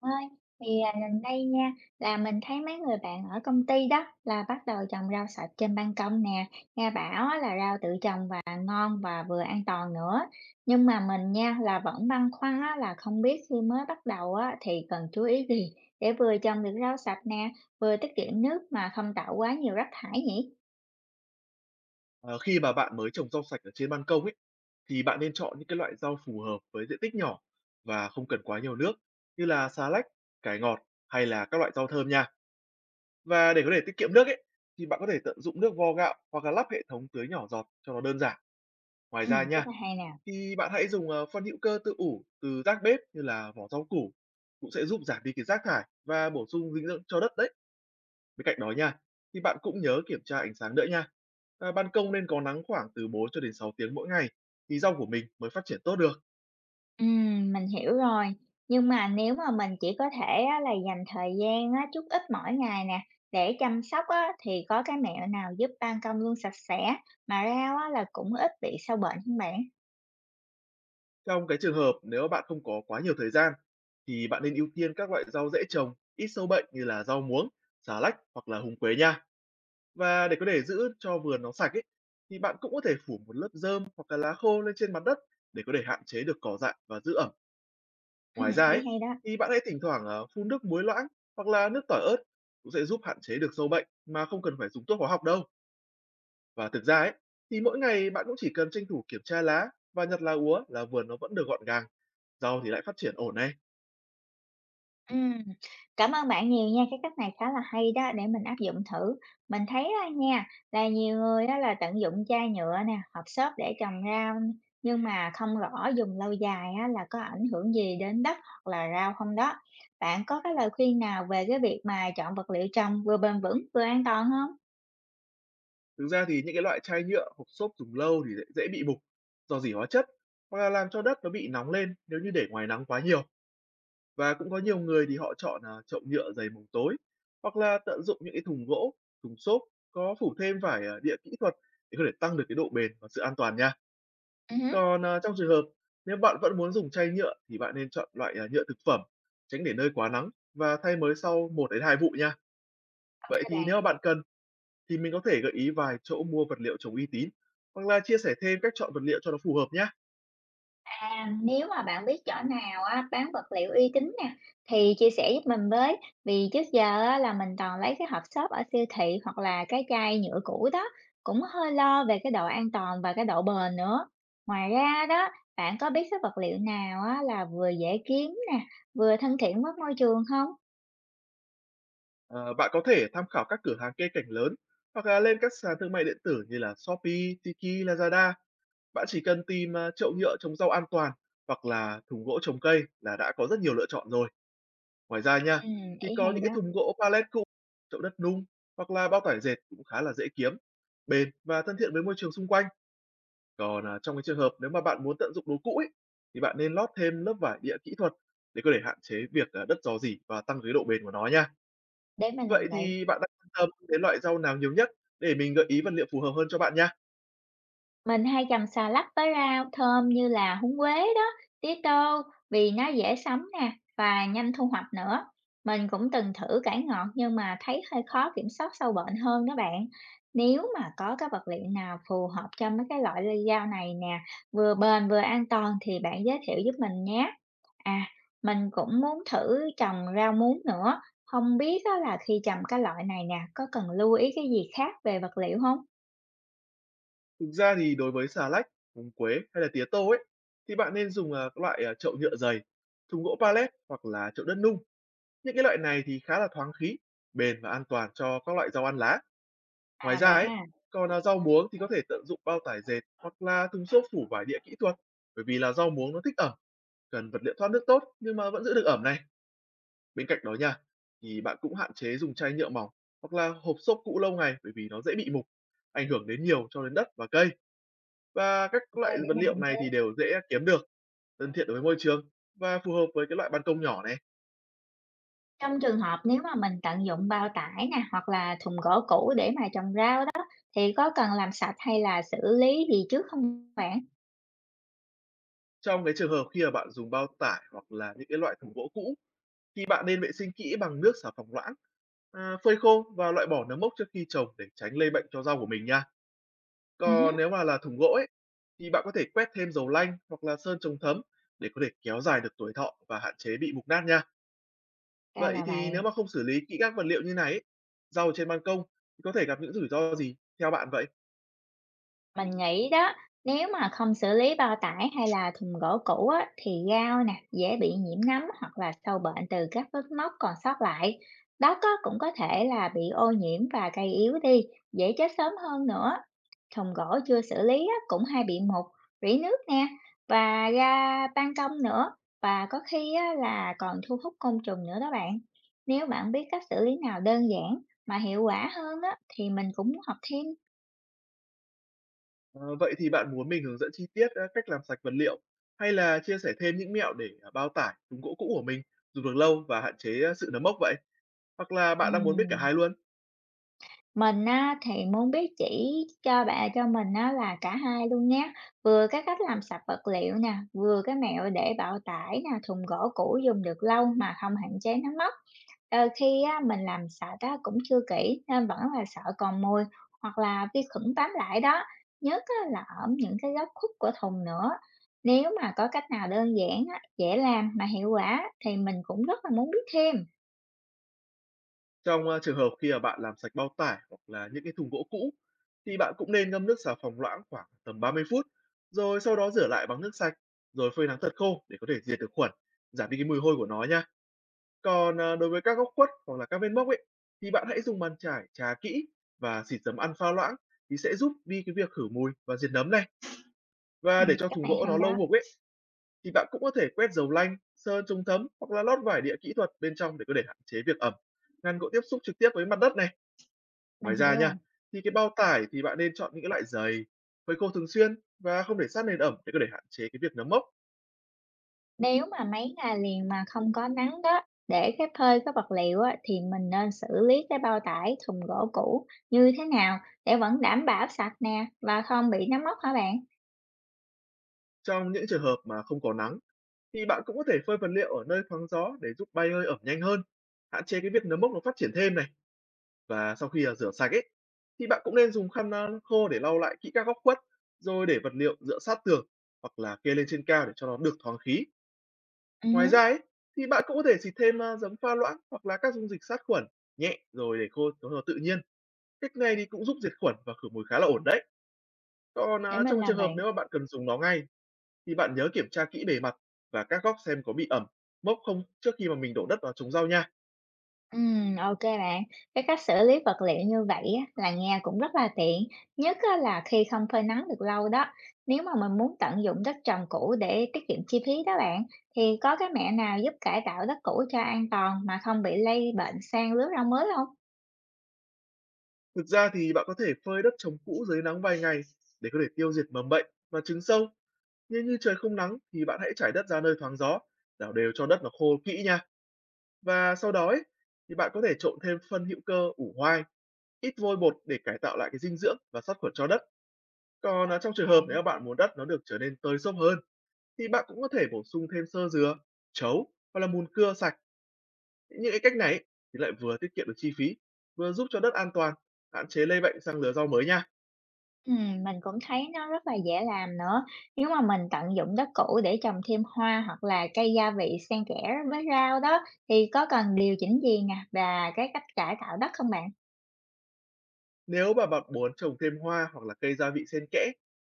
Ơi, thì, gần đây nha, là mình thấy mấy người bạn ở công ty đó là bắt đầu trồng rau sạch trên ban công nè, nghe bảo á là rau tự trồng và ngon và vừa an toàn nữa. Nhưng mà mình nha, là vẫn băn khoăn á là không biết khi mới bắt đầu á thì cần chú ý gì để vừa trồng được rau sạch nè, vừa tiết kiệm nước mà không tạo quá nhiều rác thải nhỉ? Ờ, Khi mà bạn mới trồng rau sạch ở trên ban công ấy, thì bạn nên chọn những cái loại rau phù hợp với diện tích nhỏ và không cần quá nhiều nước như là xà lách, cải ngọt hay là các loại rau thơm nha. Và để có thể tiết kiệm nước ấy, thì bạn có thể tận dụng nước vo gạo hoặc là lắp hệ thống tưới nhỏ giọt cho nó đơn giản. Ngoài ra Cái nha, này hay nè. thì bạn hãy dùng phân hữu cơ tự ủ từ rác bếp như là vỏ rau củ cũng sẽ giúp giảm đi cái rác thải và bổ sung dinh dưỡng cho đất đấy. Bên cạnh đó nha, thì bạn cũng nhớ kiểm tra ánh sáng nữa nha. À, ban công nên có nắng khoảng từ 4 cho đến 6 tiếng mỗi ngày thì rau của mình mới phát triển tốt được. Mình hiểu rồi. Nhưng mà nếu mà mình chỉ có thể á, là dành thời gian á, chút ít mỗi ngày nè để chăm sóc á, thì có cái mẹo nào giúp ban công luôn sạch sẽ mà rau á, là cũng ít bị sâu bệnh không bạn? Trong cái trường hợp nếu bạn không có quá nhiều thời gian thì bạn nên ưu tiên các loại rau dễ trồng, ít sâu bệnh như là rau muống, xà lách hoặc là húng quế nha. Và để có thể giữ cho vườn nó sạch ấy, thì bạn cũng có thể phủ một lớp rơm hoặc là lá khô lên trên mặt đất để có thể hạn chế được cỏ dại và giữ ẩm. Ngoài ra Ý ấy, hay đó. thì bạn hãy thỉnh thoảng, phun nước muối loãng hoặc là nước tỏi ớt cũng sẽ giúp hạn chế được sâu bệnh mà không cần phải dùng thuốc hóa học đâu. Và thực ra ấy, thì mỗi ngày bạn cũng chỉ cần tranh thủ kiểm tra lá và nhặt lá úa là vườn nó vẫn được gọn gàng, rau thì lại phát triển ổn này. Ừm, Cảm ơn bạn nhiều nha, cái cách này khá là hay đó, để mình áp dụng thử. Mình thấy á nha, là nhiều người đó là tận dụng chai nhựa nè, hộp xốp để trồng rau, nhưng mà không rõ dùng lâu dài á là có ảnh hưởng gì đến đất hoặc là rau không đó. Bạn có cái lời khuyên nào về cái việc mà chọn vật liệu trồng vừa bền vững vừa an toàn không? Thực ra thì những cái loại chai nhựa hộp xốp dùng lâu thì dễ bị mục do dỉ hóa chất hoặc là làm cho đất nó bị nóng lên nếu như để ngoài nắng quá nhiều. Và cũng có nhiều người thì họ chọn, chậu nhựa dày mồng tối, hoặc là tận dụng những cái thùng gỗ, thùng xốp có phủ thêm vải, địa kỹ thuật để có thể tăng được cái độ bền và sự an toàn nha. Ừ hứ, Còn, trong trường hợp nếu bạn vẫn muốn dùng chai nhựa thì bạn nên chọn loại, nhựa thực phẩm, tránh để nơi quá nắng và thay mới sau 1 đến 2 vụ nha. ô Vậy thì nếu bạn. mà bạn cần thì mình có thể gợi ý vài chỗ mua vật liệu trồng uy tín, hoặc là chia sẻ thêm cách chọn vật liệu cho nó phù hợp nhé. À, nếu mà bạn biết chỗ nào á, bán vật liệu uy tín nè thì chia sẻ giúp mình với, vì trước giờ á, là mình toàn lấy cái hộp xốp ở siêu thị hoặc là cái chai nhựa cũ đó, cũng hơi lo về cái độ an toàn và cái độ bền nữa. Ngoài ra đó, bạn có biết cái vật liệu nào á, là vừa dễ kiếm nè vừa thân thiện với môi trường không? Ờ, Bạn có thể tham khảo các cửa hàng cây cảnh lớn hoặc là lên các sàn thương mại điện tử như là Shopee, Tiki, Lazada. Bạn chỉ cần tìm chậu nhựa trồng rau an toàn hoặc là thùng gỗ trồng cây là đã có rất nhiều lựa chọn rồi. Ngoài ra nha, Ừ, thì ý có hay những cái đó, thùng gỗ pallet cũ, chậu đất nung hoặc là bao tải dệt cũng khá là dễ kiếm, bền và thân thiện với môi trường xung quanh. Còn trong cái trường hợp nếu mà bạn muốn tận dụng đồ cũ ấy, thì bạn nên lót thêm lớp vải địa kỹ thuật để có thể hạn chế việc đất rò rỉ và tăng cái độ bền của nó nha. để mình Vậy làm vậy. thì bạn đang quan tâm đến loại rau nào nhiều nhất để mình gợi ý vật liệu phù hợp hơn cho bạn nha. Mình hay chầm xà lách với rau thơm như là húng quế đó, tía tô vì nó dễ sống nè và nhanh thu hoạch nữa. Mình cũng từng thử cải ngọt nhưng mà thấy hơi khó kiểm soát sâu bệnh hơn đó bạn. Nếu mà có cái vật liệu nào phù hợp cho mấy cái loại lây rau này nè, vừa bền vừa an toàn thì bạn giới thiệu giúp mình nhé. À, mình cũng muốn thử trồng rau muống nữa. Không biết á là khi trồng cái loại này nè, có cần lưu ý cái gì khác về vật liệu không? Thực ra thì đối với xà lách, húng quế hay là tía tô ấy thì bạn nên dùng các loại chậu nhựa dày, thùng gỗ pallet hoặc là chậu đất nung. Những cái loại này thì khá là thoáng khí, bền và an toàn cho các loại rau ăn lá. Ngoài À ra vậy ấy, ha, còn là rau muống thì có thể tận dụng bao tải dệt hoặc là thùng xốp phủ vải địa kỹ thuật bởi vì là rau muống nó thích ẩm, cần vật liệu thoát nước tốt nhưng mà vẫn giữ được ẩm này. Bên cạnh đó nha, thì bạn cũng hạn chế dùng chai nhựa mỏng hoặc là hộp xốp cũ lâu ngày bởi vì nó dễ bị mục, ảnh hưởng đến nhiều cho đến đất và cây, và các ok loại để vật mình liệu hạn này chế. thì đều dễ kiếm được, thân thiện đối với môi trường và phù hợp với cái loại ban công nhỏ này. Trong trường hợp nếu mà mình tận dụng bao tải nè, hoặc là thùng gỗ cũ để mà trồng rau đó, thì có cần làm sạch hay là xử lý gì trước không bạn? Trong cái trường hợp khi mà bạn dùng bao tải hoặc là những cái loại thùng gỗ cũ thì bạn nên vệ sinh kỹ bằng nước xà phòng loãng, phơi khô và loại bỏ nấm mốc trước khi trồng để tránh lây bệnh cho rau của mình nha. Còn Hứm, nếu mà là thùng gỗ ấy, thì bạn có thể quét thêm dầu lanh hoặc là sơn chống thấm để có thể kéo dài được tuổi thọ và hạn chế bị mục nát nha. ra Vậy là thì nếu vậy. mà không xử lý kỹ các vật liệu như này ấy, rau trên ban công thì có thể gặp những rủi ro gì theo bạn vậy? Mình nghĩ đó, nếu mà không xử lý bao tải hay là thùng gỗ cũ á, thì gao nè, dễ bị nhiễm nấm hoặc là sâu bệnh từ các vết móc còn sót lại. Đất á, cũng có thể là bị ô nhiễm và cây yếu đi, dễ chết sớm hơn nữa. Thùng gỗ chưa xử lý á, cũng hay bị mục, rỉ nước nè, và ra ban công nữa, và có khi á, là còn thu hút côn trùng nữa đó bạn. Nếu bạn biết cách xử lý nào đơn giản mà hiệu quả hơn á, thì mình cũng học thêm. Ờ, Vậy thì bạn muốn mình hướng dẫn chi tiết cách làm sạch vật liệu, hay là chia sẻ thêm những mẹo để bao tải, thùng gỗ cũ của mình dùng được lâu và hạn chế sự nấm mốc vậy? Hoặc là bạn đang muốn biết cả Ừm. hai luôn? Mình á, thì muốn biết chỉ cho bạn cho mình á, là cả hai luôn nhé, vừa cái cách làm sạch vật liệu nè, vừa cái mẹo để bao tải nè, thùng gỗ cũ dùng được lâu mà không hạn chế nó mất. Đôi khi á, mình làm sạch á, cũng chưa kỹ nên vẫn là sợ còn mùi hoặc là vi khuẩn bám lại đó, nhất á, là ở những cái góc khuất của thùng nữa. Nếu mà có cách nào đơn giản á, dễ làm mà hiệu quả thì mình cũng rất là muốn biết thêm. Trong, trường hợp khi mà bạn làm sạch bao tải hoặc là những cái thùng gỗ cũ, thì bạn cũng nên ngâm nước xà phòng loãng khoảng tầm 30 phút, rồi sau đó rửa lại bằng nước sạch, rồi phơi nắng thật khô để có thể diệt được khuẩn, giảm đi cái mùi hôi của nó nha. Còn, đối với các góc khuất hoặc là các vết mốc ấy, thì bạn hãy dùng bàn chải chà kỹ và xịt giấm ăn pha loãng thì sẽ giúp đi cái việc khử mùi và diệt nấm này. Và để cho Cách thùng này gỗ hay nó lâu đó, mục ấy, thì bạn cũng có thể quét dầu lanh, sơn chống thấm hoặc là lót vải địa kỹ thuật bên trong để có thể hạn chế việc ẩm, ngăn gỗ tiếp xúc trực tiếp với mặt đất này. mình Ngoài hiểu ra rồi. nha, thì cái bao tải thì bạn nên chọn những cái loại dày, phơi khô thường xuyên và không để sát nền ẩm để có thể hạn chế cái việc nấm mốc. Nếu mà mấy ngày liền mà không có nắng đó, để cái phơi cái vật liệu á, thì mình nên xử lý cái bao tải thùng gỗ cũ như thế nào để vẫn đảm bảo sạch nè và không bị nấm mốc hả bạn? Trong những trường hợp mà không có nắng thì bạn cũng có thể phơi vật liệu ở nơi thoáng gió để giúp bay hơi ẩm nhanh hơn, hạn chế cái việc nấm mốc nó phát triển thêm này. Và sau khi rửa sạch ấy thì bạn cũng nên dùng khăn khô để lau lại kỹ các góc khuất, rồi để vật liệu dựa sát tường hoặc là kê lên trên cao để cho nó được thoáng khí. Ừ Ngoài hứ, ra ấy, thì bạn cũng có thể xịt thêm giấm pha loãng hoặc là các dung dịch sát khuẩn nhẹ rồi để khô nó tự nhiên. Cách này thì cũng giúp diệt khuẩn và khử mùi khá là ổn đấy. Còn, để mình trong làm trường hợp vậy. nếu mà bạn cần dùng nó ngay thì bạn nhớ kiểm tra kỹ bề mặt và các góc xem có bị ẩm, mốc không trước khi mà mình đổ đất vào trồng rau nha. Ok bạn, cái cách xử lý vật liệu như vậy á, là nghe cũng rất là tiện, nhất á, là khi không phơi nắng được lâu đó. Nếu mà mình muốn tận dụng đất trồng cũ để tiết kiệm chi phí đó bạn, thì có cái mẹo nào giúp cải tạo đất cũ cho an toàn mà không bị lây bệnh sang lứa rau mới không? Thực ra thì bạn có thể phơi đất trồng cũ dưới nắng vài ngày để có thể tiêu diệt mầm bệnh và trứng sâu. Nhưng như trời không nắng thì bạn hãy trải đất ra nơi thoáng gió, đảo đều cho đất nó khô kỹ nha. Và sau đó ấy, thì bạn có thể trộn thêm phân hữu cơ ủ hoai, ít vôi bột để cải tạo lại cái dinh dưỡng và sát khuẩn cho đất. Còn, trong trường hợp nếu mà bạn muốn đất nó được trở nên tơi xốp hơn thì bạn cũng có thể bổ sung thêm xơ dừa, trấu hoặc là mùn cưa sạch. Những cái cách này ấy, thì lại vừa tiết kiệm được chi phí, vừa giúp cho đất an toàn, hạn chế lây bệnh sang lứa rau mới nha. Mình cũng thấy nó rất là dễ làm nữa. Nếu mà mình tận dụng đất cũ để trồng thêm hoa hoặc là cây gia vị xen kẽ với rau đó, thì có cần điều chỉnh gì nè và cái cách cải tạo đất không bạn? Nếu mà bạn muốn trồng thêm hoa hoặc là cây gia vị xen kẽ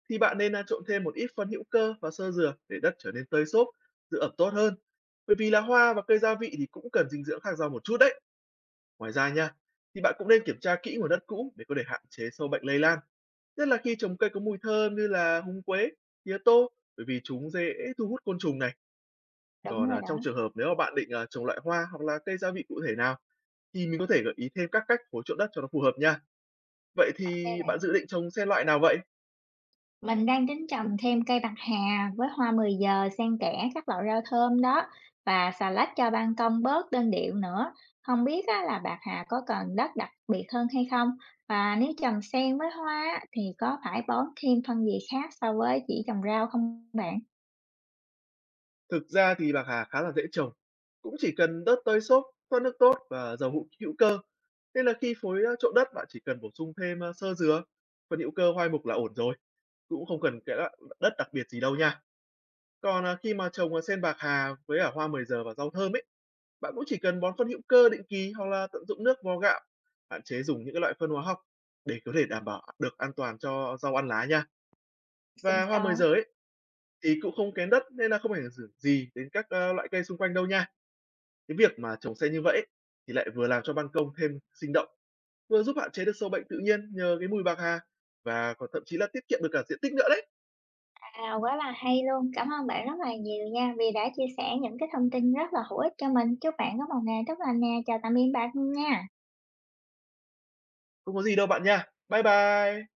thì bạn nên trộn thêm một ít phân hữu cơ và xơ dừa để đất trở nên tơi xốp, giữ ẩm tốt hơn. Bởi vì là hoa và cây gia vị thì cũng cần dinh dưỡng khác nhau một chút đấy. Ngoài ra nha, thì bạn cũng nên kiểm tra kỹ nguồn đất cũ để có thể hạn chế sâu bệnh lây lan. Nhất là khi trồng cây có mùi thơm như là húng quế, tía tô, bởi vì chúng dễ thu hút côn trùng này. Đúng Còn rồi trong đó, trường hợp nếu mà bạn định trồng loại hoa hoặc là cây gia vị cụ thể nào, thì mình có thể gợi ý thêm các cách phối trộn đất cho nó phù hợp nha. Vậy ô thì bạn bạn. dự định trồng xe loại nào vậy? Mình đang tính trồng thêm cây bạc hà với hoa 10 giờ xen kẽ các loại rau thơm đó và xà lách cho ban công bớt đơn điệu nữa. Không biết á, là bạc hà có cần đất đặc biệt hơn hay không? Và nếu trồng xen với hoa á, thì có phải bón thêm phân gì khác so với chỉ trồng rau không bạn? Thực ra thì bạc hà khá là dễ trồng, cũng chỉ cần đất tơi xốp, thoát nước tốt và dầu hữu hữu cơ. Nên là khi phối trộn đất bạn chỉ cần bổ sung thêm xơ dừa, phần hữu cơ hoai mục là ổn rồi. Cũng không cần cái loại đất đặc biệt gì đâu nha. Còn, khi mà trồng, sen bạc hà với cả hoa 10 giờ và rau thơm ấy, bạn cũng chỉ cần bón phân hữu cơ định kỳ hoặc là tận dụng nước vo gạo, hạn chế dùng những cái loại phân hóa học để có thể đảm bảo được an toàn cho rau ăn lá nha. Xịn Và hoa sò. 10 giờ ấy thì cũng không kén đất nên là không ảnh hưởng gì đến các, loại cây xung quanh đâu nha. Cái việc mà trồng sen như vậy ấy, thì lại vừa làm cho ban công thêm sinh động, vừa giúp hạn chế được sâu bệnh tự nhiên nhờ cái mùi bạc hà và còn thậm chí là tiết kiệm được cả diện tích nữa đấy. Quá là hay luôn. Cảm ơn bạn rất là nhiều nha vì đã chia sẻ những cái thông tin rất là hữu ích cho mình. Chúc bạn có một ngày tốt lành nè. Chào tạm biệt bạn nha. Không có gì đâu bạn nha. Bye bye.